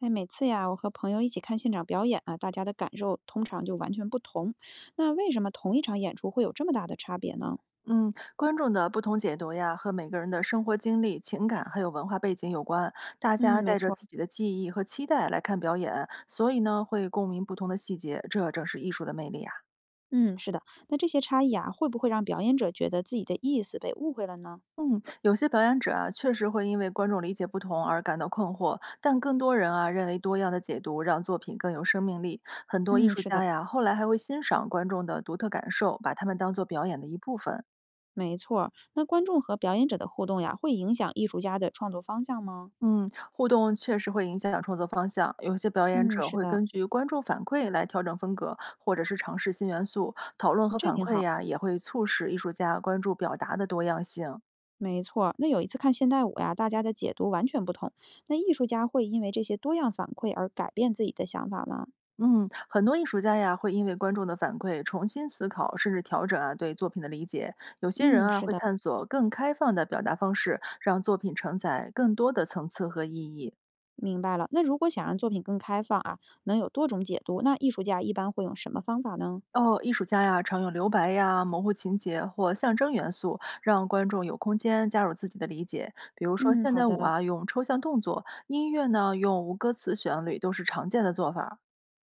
哎，每次呀，我和朋友一起看现场表演啊，大家的感受通常就完全不同。那为什么同一场演出会有这么大的差别呢？嗯，观众的不同解读呀，和每个人的生活经历、情感还有文化背景有关。大家嗯，没带着错，自己的记忆和期待来看表演，所以呢，会共鸣不同的细节，这正是艺术的魅力啊。嗯，是的。那这些差异啊，会不会让表演者觉得自己的意思被误会了呢？嗯，有些表演者啊，确实会因为观众理解不同而感到困惑，但更多人啊认为多样的解读让作品更有生命力。很多艺嗯，术是家的，呀，后来还会欣赏观众的独特感受，把他们当做表演的一部分。没错。那观众和表演者的互动呀，会影响艺术家的创作方向吗？嗯，互动确实会影响创作方向。有些表演嗯，者是会的，根据观众反馈来调整风格，或者是尝试新元素。讨论嗯和这反挺馈好。呀，也会促使艺术家关注表达的多样性。没错，那有一次看现代舞呀，大家的解读完全不同。那艺术家会因为这些多样反馈而改变自己的想法吗？嗯，很多艺术家呀，会因为观众的反馈重新思考，甚至调整啊对作品的理解。有些人嗯，啊，是会的。探索更开放的表达方式，让作品承载更多的层次和意义。明白了。那如果想让作品更开放啊，能有多种解读，那艺术家一般会用什么方法呢？哦，艺术家呀，常用留白呀、模糊情节或象征元素，让观众有空间加入自己的理解。比如说，嗯，现好代舞的，啊，用抽象动作；音乐呢，用无歌词旋律，都是常见的做法儿。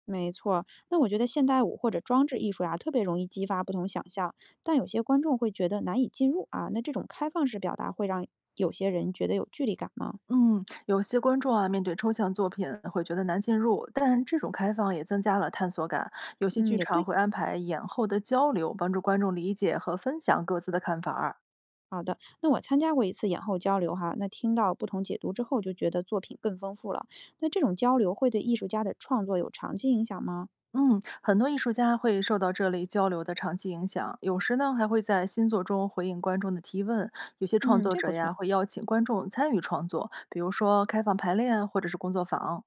没错那我觉得现代舞或者装置艺术呀、特别容易激发不同想象，但有些观众会觉得难以进入啊。那这种开放式表达会让有些人觉得有距离感吗？嗯，有些观众啊，面对抽象作品会觉得难进入，但这种开放也增加了探索感。有些剧嗯，也场对。会安排演后的交流，帮助观众理解和分享各自的看法儿。好的，那我参加过一次演后交流哈，那听到不同解读之后，就觉得作品更丰富了。那这种交流会对艺术家的创作有长期影响吗？嗯，很多艺术家会受到这类交流的长期影响，有时呢还会在新作中回应观众的提问。有些创嗯，作这者不呀错。会邀请观众参与创作，比如说开放排练或者是工作坊。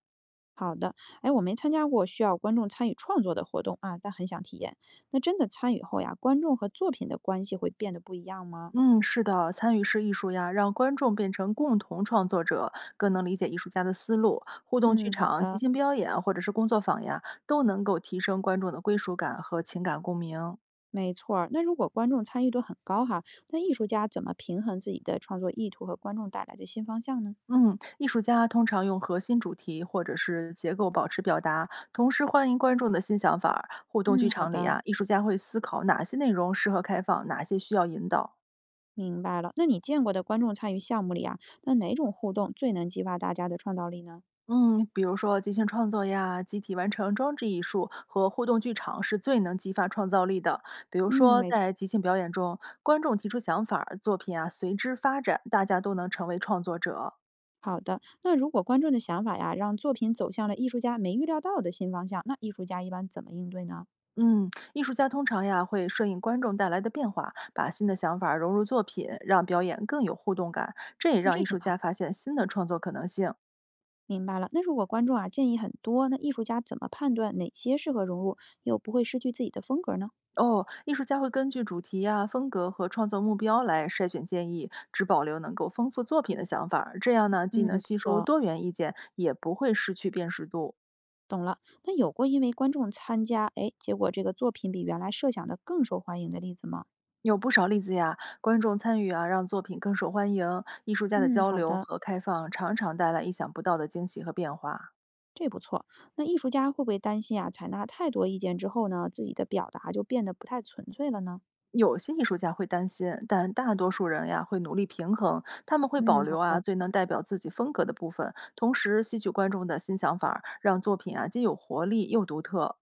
好的，哎，我没参加过需要观众参与创作的活动啊，但很想体验。那真的参与后呀，观众和作品的关系会变得不一样吗？嗯，是的，参与式艺术呀，让观众变成共同创作者，更能理解艺术家的思路。互动剧嗯，好场、即的，兴表演或者是工作坊呀，都能够提升观众的归属感和情感共鸣。没错儿。那如果观众参与度很高哈，那艺术家怎么平衡自己的创作意图和观众带来的新方向呢？嗯，艺术家通常用核心主题或者是结构保持表达，同时欢迎观众的新想法儿。互动嗯，剧好场里的，啊，艺术家会思考哪些内容适合开放，哪些需要引导。明白了。那你见过的观众参与项目里啊，那哪种互动最能激发大家的创造力呢？嗯，比如说即兴创作呀、集体完成装置艺术和互动剧场是最能激发创造力的。比如嗯，说，没错。在即兴表演中，观众提出想法儿，作品啊随之发展，大家都能成为创作者。好的，那如果观众的想法呀，让作品走向了艺术家没预料到的新方向，那艺术家一般怎么应对呢？嗯，艺术家通常呀会顺应观众带来的变化，把新的想法融入作品，让表演更有互动感。这也那让这艺挺术好，家发现新的创作可能性。明白了。那如果观众啊建议很多，那艺术家怎么判断哪些适合融入，又不会失去自己的风格呢？哦，艺术家会根据主题呀、风格和创作目标来筛选建议，只保留能够丰富作品的想法。这样呢，既嗯，能不吸收错，多元意见，也不会失去辨识度。懂了。那有过因为观众参加，哎，结果这个作品比原来设想的更受欢迎的例子吗？有不少例子呀，观众参与啊，让作品更受欢迎。艺术家的嗯，交好流的，和开放常常带来意想不到的惊喜和变化。这不错。那艺术家会不会担心啊，采纳太多意见之后呢，自己的表达就变得不太纯粹了呢？有些艺术家会担心，但大多数人呀会努力平衡，他们会保嗯，留好啊的，最能代表自己风格的部分，同时吸取观众的新想法儿，让作品啊既有活力又独特。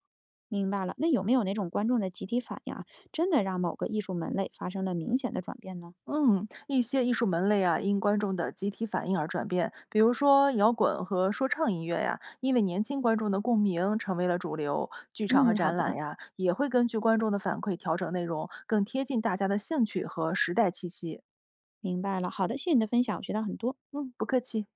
明白了。那有没有哪种观众的集体反应啊，真的让某个艺术门类发生了明显的转变呢？嗯，一些艺术门类啊因观众的集体反应而转变，比如说摇滚和说唱音乐呀，因为年轻观众的共鸣成为了主流。剧场和嗯，好展览的。呀也会根据观众的反馈调整内容，更贴近大家的兴趣和时代气息。明白了，好的，谢谢你的分享，我学到很多。嗯，不客气。